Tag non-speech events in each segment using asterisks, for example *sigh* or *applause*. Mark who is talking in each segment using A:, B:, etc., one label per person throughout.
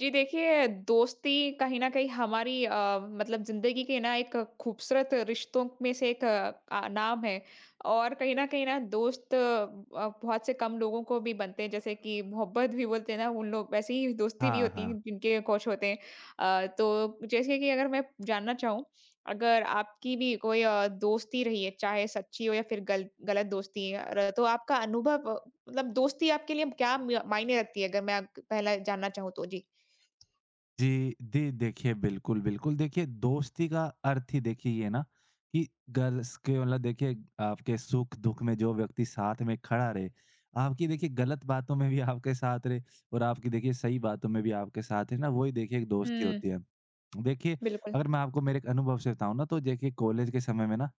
A: जी देखिए, दोस्ती कहीं न कहीं हमारी मतलब ज़िंदगी के ना एक खूबसूरत रिश्तों में से एक नाम है। और कहीं न कहीं ना दोस्त बहुत से कम लोगों को भी बनते हैं, जैसे कि मोहब्बत भी बोलते हैं ना उन लोग वैसे ही दोस्ती भी
B: हाँ,
A: होती है
B: हाँ।
A: जिनके कुछ होते हैं। तो जैसे कि अगर मैं जानना चाहूँ, अगर आपकी भी कोई दोस्ती रही है, चाहे सच्ची हो या फिर गल गलत दोस्ती र तो आपका अनुभव मतलब दोस्ती आपके लिए क्या म मायने रखती है? अगर मैं आप पहला जानना चाहूँ तो? जी।
B: जी, जी देखिए, बिल्कुल, बिल्कुल। देखिए, दोस्ती का अर्थ ही देखिए ये ना कि गर्ल्स के मतलब देखिए आपके सुख-दुःख में जो व्यक्ति साथ में खड़ा रहे, आपकी देखिए गलत बातों में भी आपके साथ रहे और आपकी देखिए सही बातों में भी आपके साथ रहे ना, वही देखिए एक दोस्ती
A: हुँ,
B: होती है। देखिए,
A: बिल्कुल।
B: अगर मैं आपको मेरे एक अनुभव से बताऊँ ना, तो देखिए कॉलेज के समय में ना,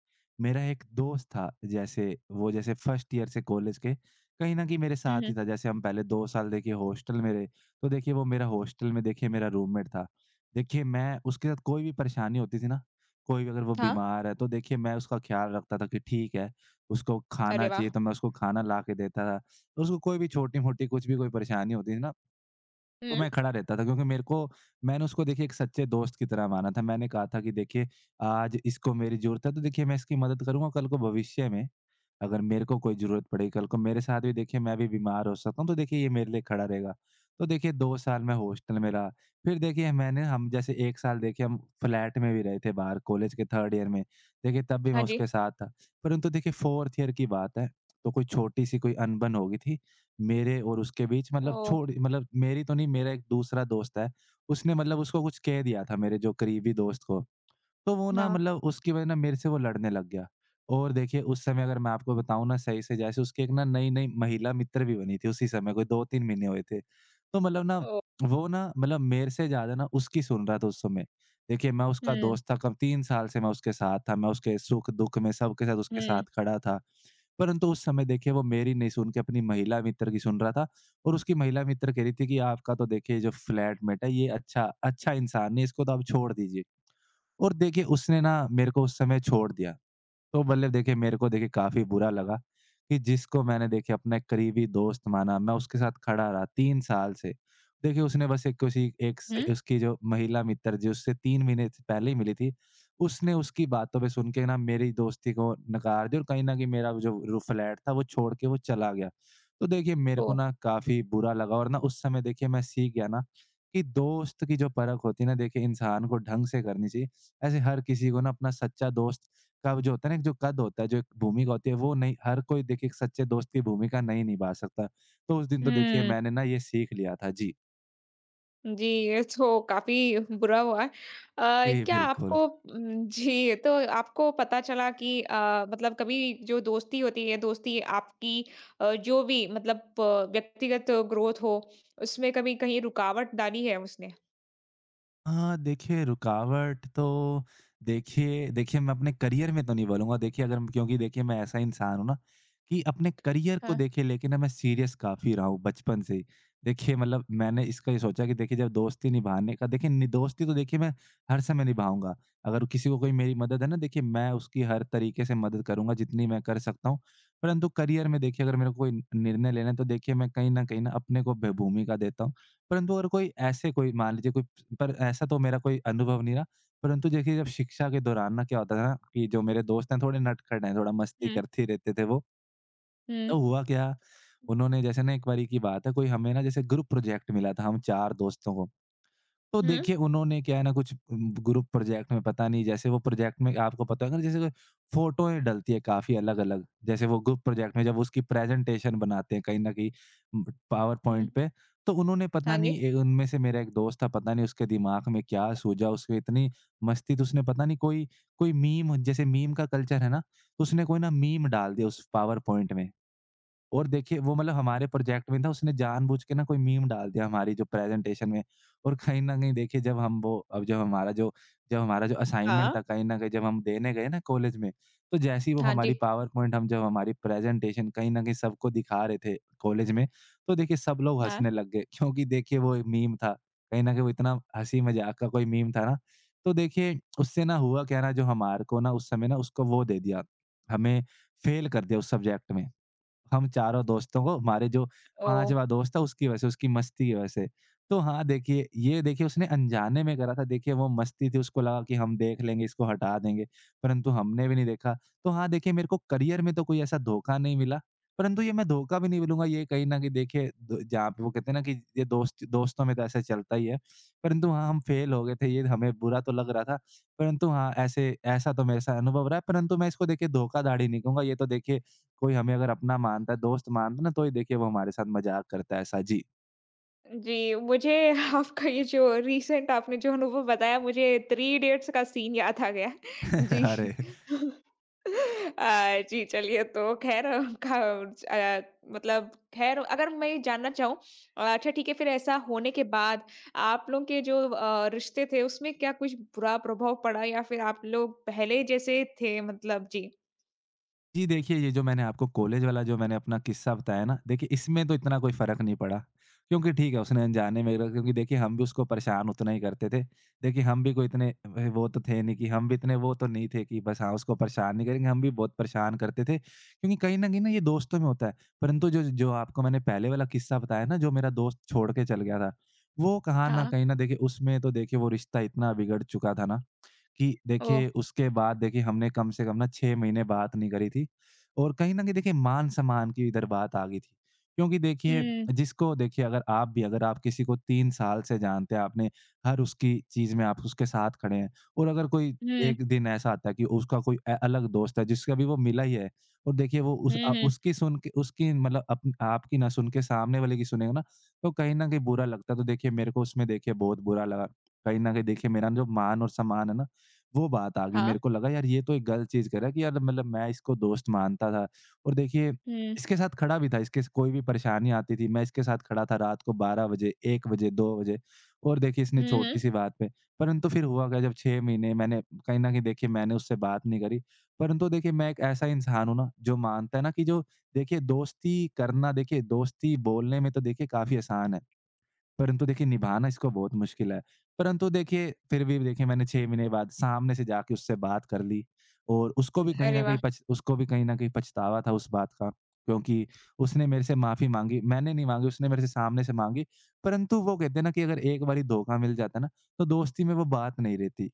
B: मेरा एक दोस्त था, जैसे वो जैसे फर्स्ट ईयर से कॉलेज के कहीं न कहीं मेरे साथ
A: हुँ,
B: ही
A: हुँ।
B: था। जैसे हम पहले 2 साल देखिए हॉस्टल में रहे। तो देखिए वो मेरा हॉस्टल में देखिए मेरा रूममेट था। देखिए मैं उसके साथ कोई भी परेशानी होती थी ना, कोई भी अगर वो
A: हाँ,
B: बीमार है तो देखिए मैं उसका ख़्याल रखता था कि ठीक है, उसको
A: अरे
B: खाना
A: वाह!
B: चाहिए तो मैं उसको खाना ला के देता था। और उसको कोई भी छोटी-मोटी कुछ भी कोई परेशानी होती थी ना, तो
A: हुँ।
B: मैं खड़ा रहता था क्योंकि मेरे को मैंने उसको देखिए एक सच्चे दोस्त की तरह माना था। मैंने कहा था कि देखिए आज इसको मेरी ज़रूरत है तो देखिए मैं इसकी मदद करूँगा, कल को भविष्य में अगर मेरे को कोई ज़रूरत पड़ेगी कल को मेरे साथ भी देखिए मैं भी बीमार हो सकता हूँ, तो देखिए ये मेरे लिए खड़ा रहेगा। तो देखिए 2 साल मैं हॉस्टल में रहा, फिर देखिए मैंने हम जैसे 1 साल देखिए हम फ्लैट में भी रहे थे बाहर कॉलेज के 3rd ईयर में, देखिए तब भी मैं
A: हाँ जी।
B: उसके साथ था। परंतु देखिए 4th ईयर की बात है, तो कोई छोटी-सी कोई अनबन हो गई थी, मेरे और उसके बीच मतलब
A: ओह!
B: छोड़ मतलब मेरी तो नहीं, मेरा एक दूसरा दोस्त है, उसने मतलब उसको कुछ कह दिया था मेरे जो करीबी दोस्त को। तो वो ना
A: हाँ।
B: मतलब उसकी वजह ना मेरे से वो लड़ने लग गया। और देखिए उस समय अगर मैं आपको बताऊँ ना सही से, जैसे उसकी एक ना नई-नई महिला मित्र भी बनी थी उसी समय, कोई 2-3 महीने हुए थे। तो मतलब ना
A: ओह!
B: वो ना मतलब मेरे से ज़्यादा ना उसकी सुन रहा था उस समय। देखिए मैं उसका
A: हुँ,
B: दोस्त था, कब 3 साल से मैं उसके साथ था, मैं उसके सुख-दुःख में सबके साथ उसके साथ
A: हुँ,
B: खड़ा था। परंतु उस समय देखिए वो मेरी नहीं सुन के अपनी महिला मित्र की सुन रहा था, और उसकी महिला मित्र कह रही थी कि आपका तो देखिए जो फ्लैटमेट है ये अच्छा अच्छा इंसान नहीं है, इसको तो आप छोड़ दीजिए। और देखिए उसने ना मेरे को उस समय छोड़ दिया। तो मतलब देखिए मेरे को देखिए काफ़ी बुरा लगा कि जिसको मैंने देखिए अपना एक करीबी दोस्त माना, मैं उसके साथ खड़ा रहा 3 साल से। देखिए उसने बस एक किसी एक
A: हुँ,
B: से, उसकी जो महिला मित्र जो उससे 3 महीने से पहले ही मिली थी, उसने उसकी बातों पे सुन के ना मेरी दोस्ती को नकार दिया और कहीं न कहीं मेरा जो रू फ्लैट था वो छोड़ के वो चला गया। तो देखिए मेरे को
A: ओह!
B: ना काफ़ी बुरा लगा, और ना उस समय देखिए मैं सीख गया ना कि दोस्त की जो परख होती है ना, देखिए इंसान को ढंग से करनी चाहिए। ऐसे हर किसी को ना अपना सच्चा दोस्त का जो होता है ना, एक जो कद होता है, जो एक भूमिका होती है, वो नहीं हर कोई देखिए एक सच्चे दोस्त की भूमिका नहीं निभा सकता। तो उस दिन तो देखिए
A: हुँ,
B: मैंने ना ये सीख लिया था। जी।
A: जी, ये तो काफ़ी बुरा हुआ।
B: जी,
A: क्या
B: बिल्कुल।
A: आपको जी, तो आपको पता चला कि मतलब कभी जो दोस्ती होती है, दोस्ती आपकी जो भी मतलब व्यक्तिगत ग्रोथ हो, उसमें कभी कहीं रुकावट डाली है उसने?
B: हाँ, देखिए रुकावट तो देखिए देखिए मैं अपने करियर में तो नहीं बोलूँगा, देखिए अगर, क्योंकि देखिए मैं ऐसा इंसान हूँ ना कि अपने करियर को
A: हाँ।
B: देखिए लेके ना मैं सीरियस काफ़ी रहा हूँ बचपन से ही। देखिए मतलब मैंने इसका ये सोचा कि देखिए जब दोस्ती निभाने का देखिए नि दोस्ती तो देखिए मैं हर समय निभाऊँगा। अगर किसी को कोई मेरी मदद है ना, देखिए मैं उसकी हर तरीके से मदद करूँगा जितनी मैं कर सकता हूँ। परंतु करियर में देखिए अगर मेरे को कोई निर्णय लेना है तो देखिए मैं कहीं न कहीं ना अपने को ब भूमिका देता हूँ। परंतु अगर कोई ऐसे, कोई मान लीजिए, कोई पर ऐसा तो मेरा कोई अनुभव नहीं रहा, परंतु देखिए जब शिक्षा के दौरान ना क्या होता था ना कि जो मेरे दोस्त हैं थोड़े नटखट हैं, थोड़ा मस्ती
A: हुँ,
B: करते ही रहते थे वो।
A: हुँ,
B: तो हुआ क्या, उन्होंने जैसे ना एक बारी की बात है, कोई हमें ना जैसे ग्रुप प्रोजेक्ट मिला था हम 4 दोस्तों को। तो
A: हुँ,
B: देखिए उन्होंने क्या है ना, कुछ ग्रुप प्रोजेक्ट में पता नहीं, जैसे वो प्रोजेक्ट में आपको पता होगा ना, जैसे फोटोएं डलती है काफी अलग-अलग, जैसे वो ग्रुप प्रोजेक्ट में जब उसकी प्रेजेंटेशन बनाते हैं कहीं न कहीं पावर
A: हुँ।
B: पॉइंट पे। तो उन्होंने पता
A: हाँ जी।
B: नहीं उनमें से मेरा एक दोस्त था, पता नहीं उसके दिमाग में क्या सूझा, उसके इतनी मस्ती, तो उसने पता नहीं कोई कोई मीम, जैसे मीम का कल्चर है ना, तो उसने कोई ना मीम डाल दिया उस पावर पॉइंट में। और देखिए वो मतलब हमारे प्रोजेक्ट में था, उसने जानबूझ के ना कोई मीम डाल दिया हमारी जो प्रेज़ेंटेशन में, और कहीं न कहीं देखिए जब हम वो अब जब हमारा जो असाइनमेंट
A: हाँ।
B: था, कहीं न कहीं जब हम देने गए ना कॉलेज में, तो जैसे ही वो
A: हाँ जी।
B: हमारी पावर पॉइंट, हम जब हमारी प्रेज़ेंटेशन कहीं न कहीं सबको दिखा रहे थे कॉलेज में, तो देखिए सब लोग
A: हाँ।
B: हँसने लग गए *laughs* क्योंकि देखिए वो एक मीम था। कहीं न कहीं वो इतना हँसी-मज़ाक का कोई मीम था ना, तो देखिए उससे ना हुआ क्या ना, जो हमारे को ना उस समय ना उसको वो दे दिया, हमें फ़ेल कर दिया उस सब्जेक्ट में। हम चारों दोस्तों को, हमारे जो
A: ओह!
B: 5वाँ दोस्त था उसकी वजह से, उसकी मस्ती की वजह से। तो हाँ, देखिए ये देखिए उसने अनजाने में करा था, देखिए वो मस्ती थी, उसको लगा कि हम देख लेंगे, इसको हटा देंगे, परंतु हमने भी नहीं देखा। तो हाँ, देखिए मेरे को करियर में तो कोई ऐसा धोखा नहीं मिला, परंतु ये मैं धोखा भी नहीं बोलूँगा, ये कहीं न कहीं देखिए द जहाँ पे वो कहते हैं ना कि ये दोस्त दोस्तों में तो ऐसा चलता ही है। परंतु हाँ, हम फेल हो गए थे, ये हमें बुरा तो लग रहा था, परंतु हाँ, ऐसे, ऐसा तो मेरे साथ अनुभव रहा है, परंतु मैं इसको देखिए धोखाधड़ी नहीं कहूँगा, ये तो देखिए कोई हमें अगर अपना मानता है, दोस्त मानता है ना, तो ही देखिए वो हमारे साथ मज़ाक करता है ऐसा। जी।
A: जी, मुझे *laughs* आपका ये जो रिसेंट आपने जो अनुभव बताया मुझे थ्री इडियट्स का सीन याद आ गया। *laughs* जी।
B: *laughs* अरे!
A: *laughs* जी चलिए तो ख़ैर का अ, मतलब ख़ैर अगर मैं ये जानना चाहूँ। अच्छा ठीक है फिर ऐसा होने के बाद आप लोगों के जो रिश्ते थे उसमें क्या कुछ बुरा प्रभाव पड़ा या फिर आप लोग पहले जैसे थे मतलब? जी।
B: जी, देखिए ये जो मैंने आपको कॉलेज वाला जो मैंने अपना किस्सा बताया ना, देखिए इसमें तो इतना कोई फ़र्क नहीं पड़ा, क्योंकि ठीक है उसने अनजाने में, क्योंकि देखिए हम भी उसको परेशान उतना ही करते थे। देखिए हम भी कोई इतने व वो तो थे नहीं कि, हम भी इतने वो तो नहीं थे कि बस हाँ, उसको परेशान नहीं करेंगे, हम भी बहुत परेशान करते थे, क्योंकि कहीं न कहीं ना ये दोस्तों में होता है। परंतु जो जो आपको मैंने पहले वाला किस्सा बताया ना, जो मेरा दोस्त छोड़ के चल गया था, वो कहाँ न
A: हाँ।
B: कहीं न देखिए उसमें तो देखिए वो रिश्ता इतना बिगड़ चुका था ना कि,
A: ओह!
B: देखिए उसके बाद देखिए हमने कम से कम ना 6 महीने बात नहीं करी थी, और कहीं न कहीं देखिए मान-सम्मान की इधर बात आ गई थी। क्योंकि देखिए
A: हुँ,
B: जिसको देखिए, अगर आप भी अगर आप किसी को 3 साल से जानते हैं, आपने हर उसकी चीज़ में आप उसके साथ खड़े हैं, और अगर कोई
A: हुँ,
B: एक दिन ऐसा आता है कि उसका कोई अलग दोस्त है जिससे अभी वो मिला ही है, और देखिए वो उस
A: हुँ, हुँ।
B: उसकी सुन के, उसकी मतलब अप आपकी ना सुन के सामने वाले की सुनेगा ना, तो कहीं न कहीं बुरा लगता है। तो देखिए मेरे को उसमें देखिए बहुत बुरा लगा। कहीं न कहीं देखिए मेरा जो मान और सम्मान है ना, वो बात आ गई,
A: हाँ।
B: मेरे को लगा यार ये तो एक गलत चीज़ कर रहा है, कि यार मतलब मैं इसको दोस्त मानता था और देखिए
A: हुँ,
B: इसके साथ खड़ा भी था, इसके स कोई भी परेशानी आती थी, मैं इसके साथ खड़ा था रात को 12 बजे, 1 बजे, 2 बजे, और देखिए इसने
A: हुँ, हुँ।
B: छोटी-सी बात पे, परंतु फिर हुआ क्या, जब 6 महीने मैंने कहीं न कहीं देखिए मैंने उससे बात नहीं करी, परंतु देखिए मैं एक ऐसा इंसान हूँ ना जो मानता है ना कि जो देखिए दोस्ती करना, देखिए दोस्ती बोलने में तो देखिए काफ़ी आसान है। परंतु देखिए निभाना इसको बहुत मुश्किल है। परंतु देखिए फिर भी देखिए मैंने 6 महीने बाद सामने से जाके उससे बात कर ली, और
A: अरे वाह!
B: उसको भी कहीं न कहीं पछतावा था उस बात का, क्योंकि उसने मेरे से माफ़ी माँगी, मैंने नहीं माँगी, उसने मेरे से सामने से माँगी। परंतु वो कहते हैं ना कि अगर एक बारी धोखा मिल जाता है ना, तो दोस्ती में वो बात नहीं रहती।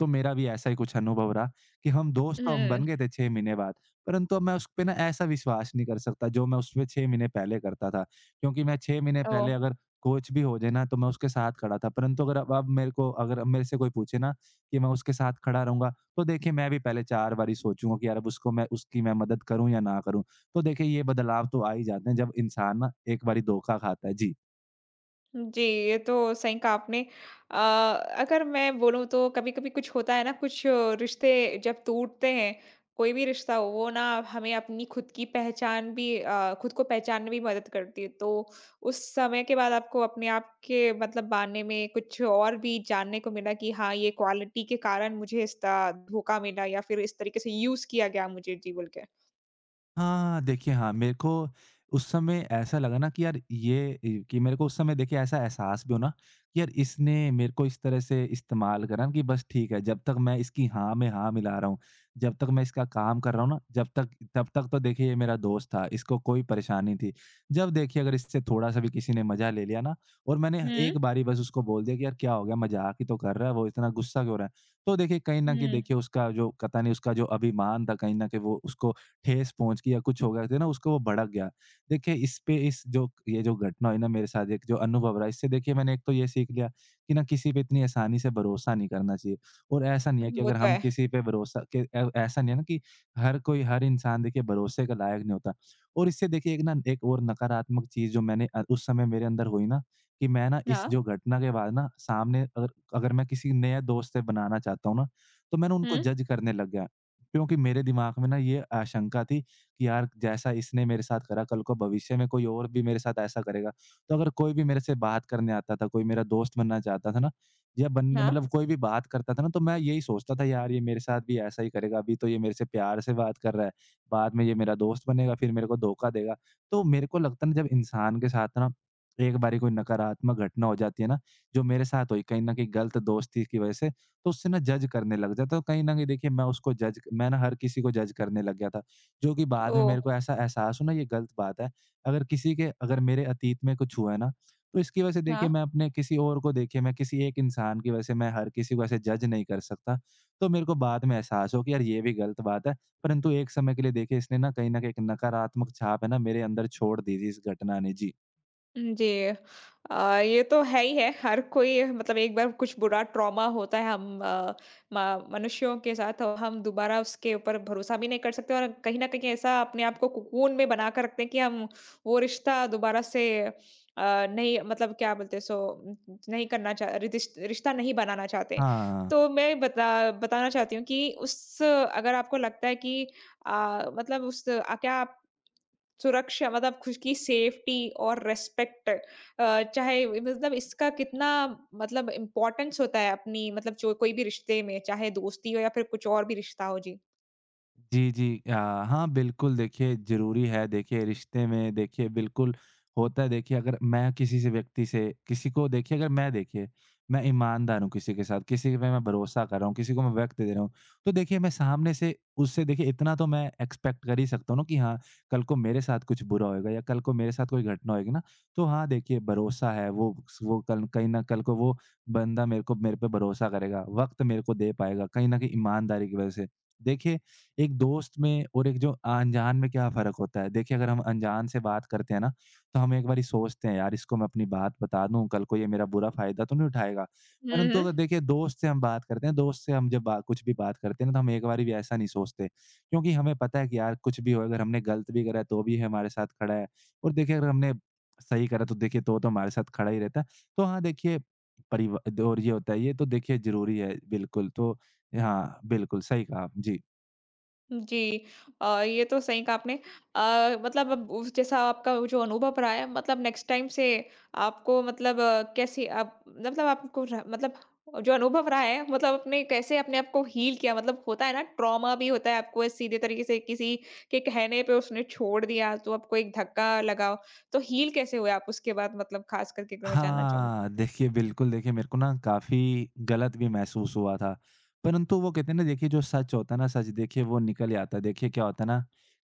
B: तो मेरा भी ऐसा ही कुछ अनुभव रहा कि हम दोस्त तो हम
A: हुँ।
B: बन गए थे 6 महीने बाद, परंतु अब मैं उस पे ना ऐसा विश्वास नहीं कर सकता जो मैं उस पे 6 महीने पहले करता था। क्योंकि मैं 6 महीने
A: ओह!
B: पहले अगर कुछ भी हो जाए ना तो मैं उसके साथ खड़ा था। परंतु अगर अब अब मेरे को अगर अब मेरे से कोई पूछे ना कि मैं उसके साथ खड़ा रहूँगा, तो देखिए मैं भी पहले 4 बारी सोचूँगा कि यार अब उसको मैं उसकी मैं मदद करूँ या ना करूँ। तो देखिए ये बदलाव तो आ ही जाते हैं जब इंसान ना एक बारी धोखा खाता है। जी।
A: जी, ये तो सही कहा आपने। अ, अगर मैं बोलूँ तो कभी-कभी कुछ होता है ना, कुछ रिश्ते जब टूटते हैं, कोई भी रिश्ता हो, वो ना हमें अपनी खुद की पहचान भी खुद को पहचानने में भी मदद करती है। तो उस समय के बाद आपको अपने आप के मतलब बारे में कुछ और भी जानने को मिला कि हाँ, ये क्वालिटी के कारण मुझे इसका धोखा मिला या फिर इस तरीके से यूज़ किया गया मुझे, जी, बोल के।
B: हाँ, देखिए, हाँ। मेरे को उस समय ऐसा लगा ना कि यार ये इ कि मेरे को उस समय देखिए ऐसा एहसास भी हो ना कि यार इसने मेरे को इस तरह से इस्तेमाल करा कि बस ठीक है, जब तक मैं इसकी हाँ में हाँ मिला रहा हूँ, जब तक मैं इसका काम कर रहा हूँ ना, जब तक तब तक तो देखिए ये मेरा दोस्त था, इसको कोई परेशानी थी। जब देखिए अगर इससे थोड़ा-सा भी किसी ने मज़ा ले लिया ना और मैंने
A: हुँ,
B: एक बारी बस उसको बोल दिया कि यार क्या हो गया? मज़ाक ही तो कर रहा है, वो इतना गुस्सा क्यों हो रहा है? तो देखिए, कहीं न कहीं
A: हुँ।
B: देखिए उसका जो पता नहीं, उसका जो अभिमान था, कहीं न कहीं वो, उसको ठेस पहुँच गई या कुछ हो गया था ना, उसको वो भड़क गया। देखिए इस पे इस जो ये जो घटना हुई ना मेरे साथ, एक जो अनुभव रहा, इससे देखिए मैंने एक तो ये सीख लिया कि ना किसी पे इतनी आसानी से भरोसा नहीं करना चाहिए। और ऐसा नहीं है कि
A: वो
B: अगर
A: तो
B: हम
A: है।
B: किसी पे भरोसा के ए, ऐसा नहीं है ना कि हर कोई, हर इंसान देखिए भरोसे के लायक नहीं होता। और इससे देखिए एक ना एक और नकारात्मक चीज़ जो मैंने उस समय मेरे अंदर हुई ना, कि मैं ना इस
A: हाँ।
B: जो घटना के बाद ना सामने अगर अगर मैं किसी नए दोस्त से बनाना चाहता हूँ ना, तो मैं ना
A: हुँ,
B: उनको जज करने लग गया। क्योंकि मेरे दिमाग में ना ये आशंका थी कि यार, जैसा इसने मेरे साथ करा, कल को भविष्य में कोई और भी मेरे साथ ऐसा करेगा। तो अगर कोई भी मेरे से बात करने आता था, कोई मेरा दोस्त बनना चाहता था ना, या बनने,
A: हाँ।
B: मतलब कोई भी बात करता था ना, तो मैं यही सोचता था, यार ये मेरे साथ भी ऐसा ही करेगा। अभी तो ये मेरे से प्यार से बात कर रहा है, बाद में ये मेरा दोस्त बनेगा, फिर मेरे को धोखा देगा। तो मेरे को लगता है ना, जब इंसान के साथ ना एक बारी कोई नकारात्मक घटना हो जाती है ना, जो मेरे साथ हुई कहीं न कहीं गलत दोस्ती की वज़ह से, तो उससे ना जज करने लग जाता, और कहीं न कहीं देखिए मैं उसको जज मैं ना हर किसी को जज करने लग गया था, जो कि बाद में
A: ओह!
B: मेरे को ऐसा एहसास हुआ ना ये गलत बात है। अगर किसी के अगर मेरे अतीत में कुछ हुआ है ना, तो इसकी वजह से देखिए
A: हाँ।
B: मैं अपने किसी और को देखिए मैं किसी एक इंसान की वजह से मैं हर किसी को ऐसे जज नहीं कर सकता। तो मेरे को बाद में एहसास हो कि यार ये भी गलत बात है, परंतु एक समय के लिए देखिए इसने ना कहीं न कहीं एक नकारात्मक छाप है ना मेरे अंदर छोड़ दी थी इस घटना ने। जी।
A: जी। अ, ये तो है ही है हर कोई मतलब एक बार कुछ बुरा ट्रॉमा होता है हम मनुष्यों के साथ और हम दोबारा उसके ऊपर भरोसा भी नहीं कर सकते और कहीं ना कहीं ऐसा अपने आप को कुकून में बना कर रखते हैं कि हम वो रिश्ता दोबारा से नहीं मतलब क्या बोलते हैं, नहीं करना रिश्ता नहीं बनाना चाहते।
B: हाँ।
A: तो मैं बताना चाहती हूँ कि उस अगर आपको लगता है कि मतलब उस क्या आप सुरक्षा मतलब खुद की सेफ्टी और रिस्पेक्ट चाहे मतलब इसका कितना मतलब इम्पोर्टेंस होता है अपनी मतलब जो कोई भी रिश्ते में, चाहे दोस्ती हो या फिर कुछ और भी रिश्ता हो? जी।
B: जी, जी। हाँ, बिल्कुल देखिए ज़रूरी है, देखिए रिश्ते में देखिए बिल्कुल होता है। देखिए अगर मैं किसी से व्यक्ति से किसी को देखिए अगर मैं देखिए मैं ईमानदार हूँ किसी के साथ, किसी पे मैं भरोसा कर रहा हूँ, किसी को मैं वक़्त दे रहा हूँ, तो देखिए मैं सामने से उससे देखिए इतना तो मैं एक्सपेक्ट कर ही सकता हूँ ना कि हाँ, कल को मेरे साथ कुछ बुरा होएगा या कल को मेरे साथ कोई घटना होएगी ना, तो हाँ, देखिए, भरोसा है, वो कल कहीं न कल को वो बंदा मेरे पे भरोसा करेगा, वक़्त मेरे को दे पाएगा, कहीं न कहीं ईमानदारी की वज़ह से। देखिए, एक दोस्त में और एक जो अनजान में क्या फ़र्क होता है? देखिए, अगर हम अनजान से बात करते हैं ना, तो हम एक बारी सोचते हैं, "यार, इसको मैं अपनी बात बता दूँ, कल को ये मेरा बुरा फ़ायदा तो नहीं उठाएगा।"
A: हुँ,
B: परंतु
A: हुँ।
B: अगर देखिए, दोस्त से हम बात करते हैं, दोस्त से हम जब बा कुछ भी बात करते हैं ना, तो हम एक बारी भी ऐसा नहीं सोचते, क्योंकि हमें पता है कि यार, कुछ भी हो, अगर हमने गलत भी करा है, तो भी ये हमारे साथ खड़ा है। और देखिए, अगर हमने सही करा, तो देखिए, तो हमारे साथ खड़ा ही रहता है। तो हाँ, देखिए, परिव और ये होता है, ये तो देखिए ज़रूरी है, बिल्कुल। तो हाँ, बिल्कुल, सही कहा आप। जी।
A: जी। ये तो सही कहा आपने। मतलब अब उस जैसा आपका वो जो अनुभव रहा है मतलब नेक्स्ट टाइम से आपको कैसे आप मतलब आपको र मतलब जो अनुभव रहा है मतलब आपने कैसे अपने आप को हील किया? मतलब होता है ना ट्रॉमा भी होता है आपको सीधे तरीके से किसी के कहने पे उसने छोड़ दिया तो आपको एक धक्का लगा। तो हील कैसे हुए आप उसके बाद मतलब ख़ास करके अगर मैं जानना चाहूँगी?
B: हाँ, देखिए बिल्कुल, देखिए मेरे को ना काफ़ी गलत भी महसूस हुआ था। परंतु वो कहते हैं ना, देखिए जो सच होता है ना, सच देखिए वो निकल ही आता है। देखिए क्या होता है ना,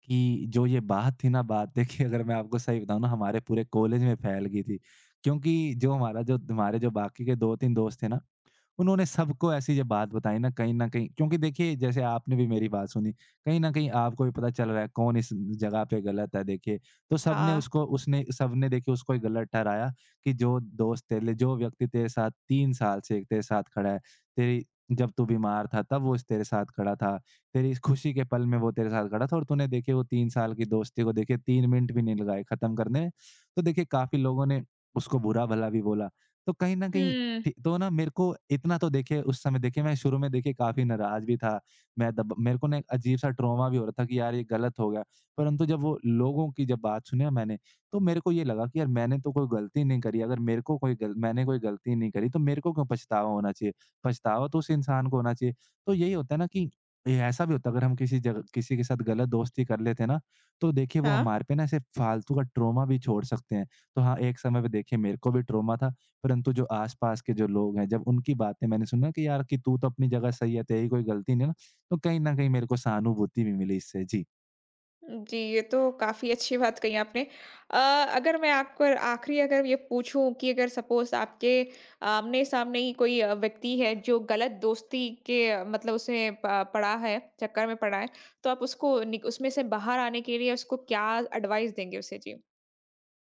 B: कि जो ये बात थी ना, बात देखिए अगर मैं आपको सही बताऊँ ना, हमारे पूरे कॉलेज में फैल गई थी। क्योंकि जो हमारा जो हमारे जो बाकी के 2-3 दोस्त थे ना, उन्होंने सबको ऐसी ये बात बताई ना, कहीं न कहीं, क्योंकि देखिए जैसे आपने भी मेरी बात सुनी, कहीं न कहीं आपको भी पता चल रहा है कौन इस जगह पे गलत है देखिए। तो
A: हाँ।
B: सबने देखिए उसको ही गलत ठहराया कि जो दोस्त तेरे लिए, जो व्यक्ति तेरे साथ 3 साल से तेरे साथ खड़ा है, तेरी जब तू बीमार था तब वो इस तेरे साथ खड़ा था, तेरी इस खुशी के पल में वो तेरे साथ खड़ा था, और तूने देखिए वो 3 साल की दोस्ती को देखिए 3 मिनट भी नहीं लगाए खत्म करने में। तो देखिए काफ़ी लोगों ने उसको बुरा-भला भी बोला। तो कहीं न कहीं
A: हुँ।
B: थी तो ना, मेरे को इतना तो देखिए उस समय देखिए मैं शुरू में देखिए काफ़ी नाराज़ भी था। मैं दब मेरे को ना एक अजीब-सा ट्रॉमा भी हो रहा था कि यार ये गलत हो गया। परंतु जब वो लोगों की जब बात सुनी ना मैंने, तो मेरे को ये लगा कि यार मैंने तो कोई गलती नहीं करी। अगर मेरे को कोई गल मैंने कोई गलती नहीं करी तो मेरे को क्यों पछतावा होना चाहिए? पछतावा तो उस इंसान को होना चाहिए। तो यही होता है ना कि ये ऐसा भी होता है, अगर हम किसी जगह किसी के साथ गलत दोस्ती कर लेते हैं ना, तो देखिए वो
A: हाँ।
B: हमारे पे ना ऐसे फालतू का ट्रॉमा भी छोड़ सकते हैं। तो हाँ, एक समय पे देखिए मेरे को भी ट्रॉमा था, परंतु जो आस-पास के जो लोग हैं, जब उनकी बातें मैंने सुना कि यार, कि तू तो अपनी जगह सही है, तेरी कोई गलती नहीं है ना, तो कहीं न कहीं मेरे को सहानुभूति भी मिली इससे। जी।
A: जी, ये तो काफ़ी अच्छी बात कही आपने। अ, अगर मैं आपको आखिरी अगर ये पूछूँ कि अगर सपोज़ आपके आमने-सामने ही कोई व्यक्ति है जो गलत दोस्ती मतलब उसमें प पड़ा है, चक्कर में पड़ा है, तो आप उसको निक उसमें से बाहर आने के लिए उसको क्या एडवाइस देंगे उसे? जी।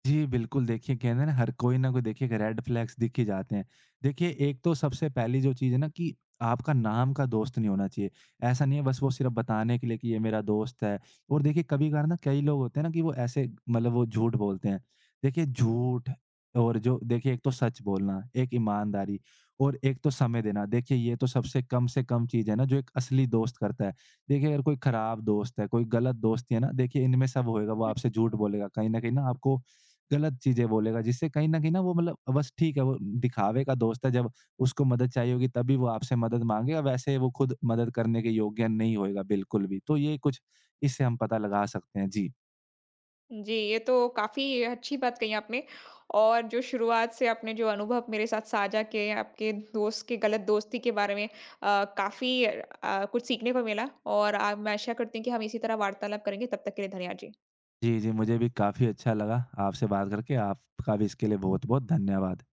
B: जी, बिल्कुल देखिए, कहते हैं ना हर कोई ना कोई देखिए एक रेड फ्लैग्स दिख ही जाते हैं। देखिए एक तो सबसे पहली जो चीज़ है ना, कि आपका नाम का दोस्त नहीं होना चाहिए। ऐसा नहीं है, बस वो सिर्फ़ बताने के लिए कि ये मेरा दोस्त है। और देखिए कभी-कभार ना, कई लोग होते हैं ना, कि वो ऐसे मतलब वो झूठ बोलते हैं। देखिए झूठ, और जो देखिए, एक तो सच बोलना, एक ईमानदारी, और एक तो समय देना। देखिए ये तो सबसे कम से कम चीज़ है ना, जो एक असली दोस्त करता है। देखिए अगर कोई खराब दोस्त है, कोई गलत दोस्ती है ना, देखिए इनमें सब होएगा, वो आपसे झूठ बोलेगा। कहीं न कहीं ना आपको गलत चीज़ें बोलेगा, जिससे कहीं न कहीं ना वो, मतलब बस ठीक है, वो दिखावे का दोस्त है। जब उसको मदद चाहिए होगी तभी वो आपसे मदद माँगेगा, वैसे वो खुद मदद करने के योग्य नहीं होएगा बिल्कुल भी। तो ये कुछ इससे हम पता लगा सकते हैं। जी।
A: जी, ये तो काफ़ी अच्छी बात कही आपने और जो शुरुआत से आपने जो अनुभव मेरे साथ साझा किए, आपके दोस्त के गलत दोस्ती के बारे में काफ़ी कुछ सीखने को मिला और मैं आशा करती हूँ कि हम इसी तरह वार्तालाप करेंगे। तब तक के लिए धन्यवाद जी।
B: जी, जी, मुझे भी काफ़ी अच्छा लगा आपसे बात करके। आपका भी इसके लिए बहुत-बहुत धन्यवाद।